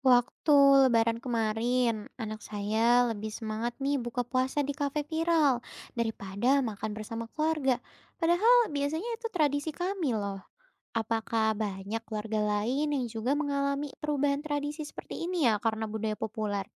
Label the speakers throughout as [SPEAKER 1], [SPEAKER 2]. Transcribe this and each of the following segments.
[SPEAKER 1] Waktu lebaran kemarin, anak saya lebih semangat nih buka puasa di kafe viral daripada makan bersama keluarga. Padahal biasanya itu tradisi kami loh. Apakah banyak keluarga lain yang juga mengalami perubahan tradisi seperti ini ya karena budaya populer?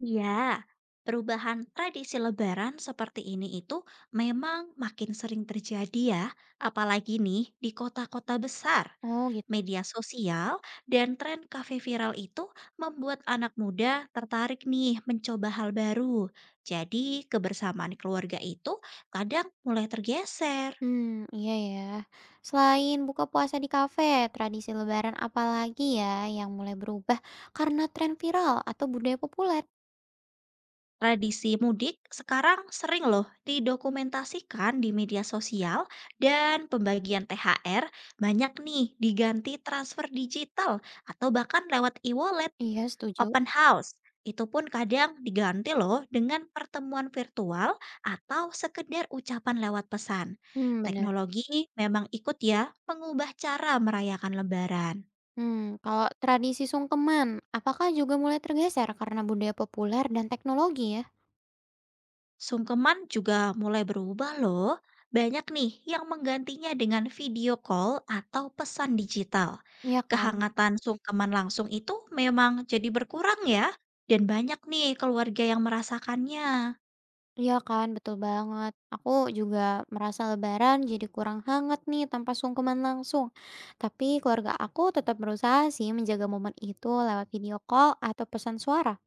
[SPEAKER 2] Ya, perubahan tradisi Lebaran seperti ini itu memang makin sering terjadi ya, apalagi nih di kota-kota besar.
[SPEAKER 1] Oh gitu.
[SPEAKER 2] Media sosial dan tren kafe viral itu membuat anak muda tertarik nih mencoba hal baru. Jadi, kebersamaan keluarga itu kadang mulai tergeser.
[SPEAKER 1] Iya ya. Selain buka puasa di kafe, tradisi lebaran apa lagi ya yang mulai berubah karena tren viral atau budaya populer?
[SPEAKER 2] Tradisi mudik sekarang sering loh didokumentasikan di media sosial, dan pembagian THR banyak nih diganti transfer digital atau bahkan lewat e-wallet,
[SPEAKER 1] Iya, setuju.
[SPEAKER 2] open house. Itu pun kadang diganti loh dengan pertemuan virtual atau sekedar ucapan lewat pesan.
[SPEAKER 1] Hmm, benar.
[SPEAKER 2] Teknologi memang ikut ya mengubah cara merayakan lebaran.
[SPEAKER 1] Kalau tradisi sungkeman, apakah juga mulai tergeser karena budaya populer dan teknologi ya?
[SPEAKER 2] Sungkeman juga mulai berubah loh. Banyak nih yang menggantinya dengan video call atau pesan digital.
[SPEAKER 1] Iya kan?
[SPEAKER 2] Kehangatan sungkeman langsung itu memang jadi berkurang ya. Dan banyak nih keluarga yang merasakannya.
[SPEAKER 1] Iya kan, betul banget. Aku juga merasa lebaran jadi kurang hangat nih tanpa sungkeman langsung. Tapi keluarga aku tetap berusaha sih menjaga momen itu lewat video call atau pesan suara.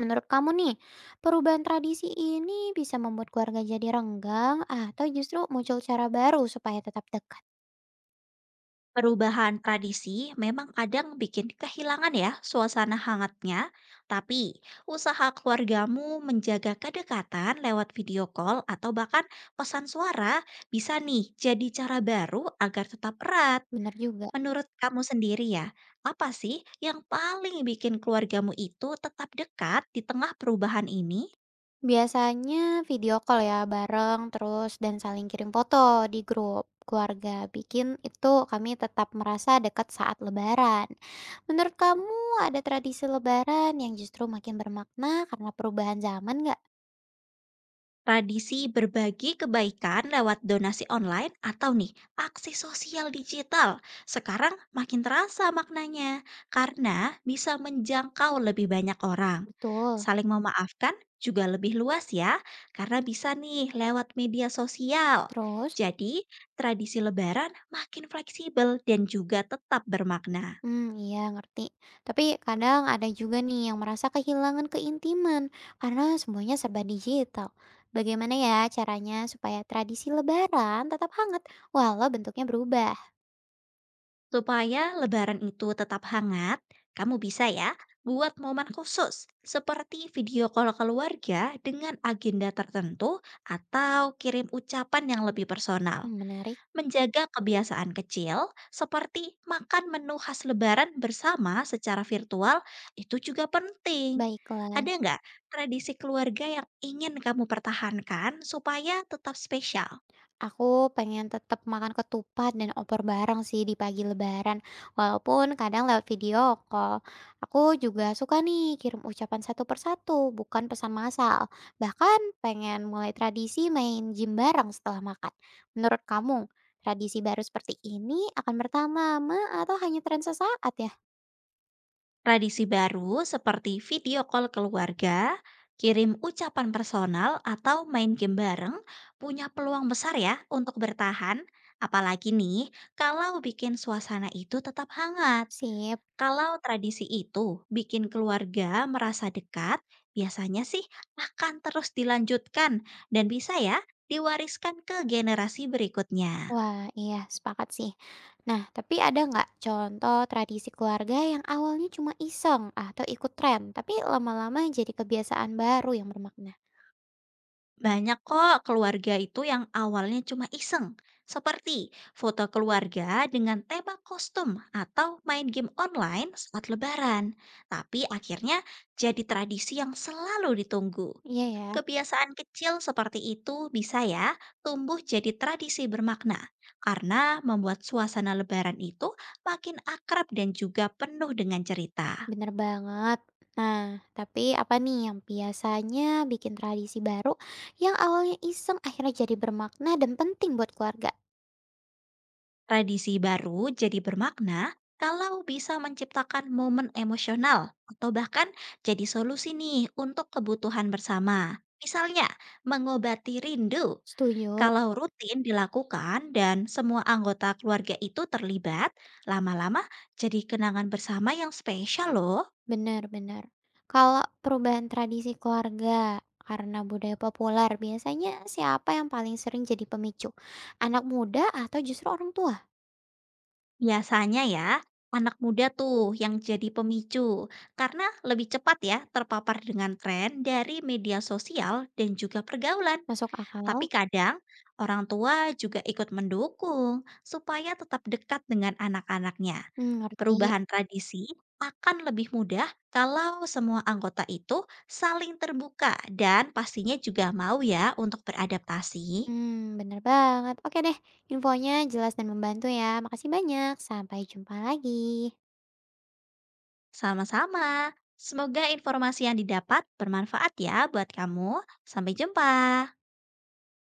[SPEAKER 1] Menurut kamu nih, perubahan tradisi ini bisa membuat keluarga jadi renggang atau justru muncul cara baru supaya tetap dekat?
[SPEAKER 2] Perubahan tradisi memang kadang bikin kehilangan ya suasana hangatnya. Tapi usaha keluargamu menjaga kedekatan lewat video call atau bahkan pesan suara bisa nih jadi cara baru agar tetap erat.
[SPEAKER 1] Benar juga.
[SPEAKER 2] Menurut kamu sendiri ya, apa sih yang paling bikin keluargamu itu tetap dekat di tengah perubahan ini?
[SPEAKER 1] Biasanya video call ya bareng terus dan saling kirim foto di grup keluarga. Bikin itu kami tetap merasa dekat saat lebaran. Menurut kamu ada tradisi lebaran yang justru makin bermakna karena perubahan zaman nggak?
[SPEAKER 2] Tradisi berbagi kebaikan lewat donasi online atau nih aksi sosial digital sekarang makin terasa maknanya karena bisa menjangkau lebih banyak orang.
[SPEAKER 1] Betul.
[SPEAKER 2] Saling memaafkan juga lebih luas ya karena bisa nih lewat media sosial.
[SPEAKER 1] Terus?
[SPEAKER 2] Jadi, tradisi lebaran makin fleksibel dan juga tetap bermakna.
[SPEAKER 1] Iya ngerti. Tapi kadang ada juga nih yang merasa kehilangan keintiman karena semuanya serba digital. Bagaimana ya caranya supaya tradisi lebaran tetap hangat walau bentuknya berubah?
[SPEAKER 2] Supaya lebaran itu tetap hangat, kamu bisa ya buat momen khusus seperti video call keluarga dengan agenda tertentu atau kirim ucapan yang lebih personal.
[SPEAKER 1] Mmm, menarik.
[SPEAKER 2] Menjaga kebiasaan kecil seperti makan menu khas lebaran bersama secara virtual itu juga penting.
[SPEAKER 1] Baiklah,
[SPEAKER 2] Ada nggak tradisi keluarga yang ingin kamu pertahankan supaya tetap spesial?
[SPEAKER 1] aku pengen tetap makan ketupat dan opor bareng sih di pagi lebaran, walaupun kadang lewat video call. Aku juga suka nih kirim ucapan satu persatu, bukan pesan massal. Bahkan pengen mulai tradisi main gym bareng setelah makan. Menurut kamu, tradisi baru seperti ini akan bertambah ma atau hanya tren sesaat ya?
[SPEAKER 2] Tradisi baru seperti video call keluarga, kirim ucapan personal, atau main game bareng punya peluang besar ya untuk bertahan. Apalagi nih, kalau bikin suasana itu tetap hangat.
[SPEAKER 1] Sip.
[SPEAKER 2] Kalau tradisi itu bikin keluarga merasa dekat, biasanya sih akan terus dilanjutkan dan bisa ya diwariskan ke generasi berikutnya.
[SPEAKER 1] Wah, iya sepakat sih. Nah, tapi ada nggak contoh tradisi keluarga yang awalnya cuma iseng atau ikut tren, tapi lama-lama jadi kebiasaan baru yang bermakna?
[SPEAKER 2] Banyak kok keluarga itu yang awalnya cuma iseng, seperti foto keluarga dengan tema kostum atau main game online saat Lebaran, tapi akhirnya jadi tradisi yang selalu ditunggu.
[SPEAKER 1] Iya ya,
[SPEAKER 2] Kebiasaan kecil seperti itu bisa ya tumbuh jadi tradisi bermakna karena membuat suasana Lebaran itu makin akrab dan juga penuh dengan cerita.
[SPEAKER 1] bener banget. Nah, tapi apa nih yang biasanya bikin tradisi baru yang awalnya iseng akhirnya jadi bermakna dan penting buat keluarga?
[SPEAKER 2] Tradisi baru jadi bermakna kalau bisa menciptakan momen emosional atau bahkan jadi solusi nih untuk kebutuhan bersama. Misalnya, mengobati rindu.
[SPEAKER 1] Setuju.
[SPEAKER 2] Kalau rutin dilakukan dan semua anggota keluarga itu terlibat, lama-lama jadi kenangan bersama yang spesial loh.
[SPEAKER 1] Benar-benar. Kalau perubahan tradisi keluarga karena budaya populer, biasanya siapa yang paling sering jadi pemicu? Anak muda atau justru orang tua?
[SPEAKER 2] Biasanya ya, anak muda tuh yang jadi pemicu karena lebih cepat ya terpapar dengan tren dari media sosial dan juga pergaulan.
[SPEAKER 1] Masuk
[SPEAKER 2] Tapi
[SPEAKER 1] akal?
[SPEAKER 2] kadang orang tua juga ikut mendukung supaya tetap dekat dengan anak-anaknya.
[SPEAKER 1] Mmm, ngerti.
[SPEAKER 2] Perubahan tradisi akan lebih mudah kalau semua anggota itu saling terbuka dan pastinya juga mau ya untuk beradaptasi.
[SPEAKER 1] Bener banget. Oke deh, infonya jelas dan membantu ya. Makasih banyak, sampai jumpa lagi.
[SPEAKER 2] Sama-sama. Semoga informasi yang didapat bermanfaat ya buat kamu. Sampai jumpa.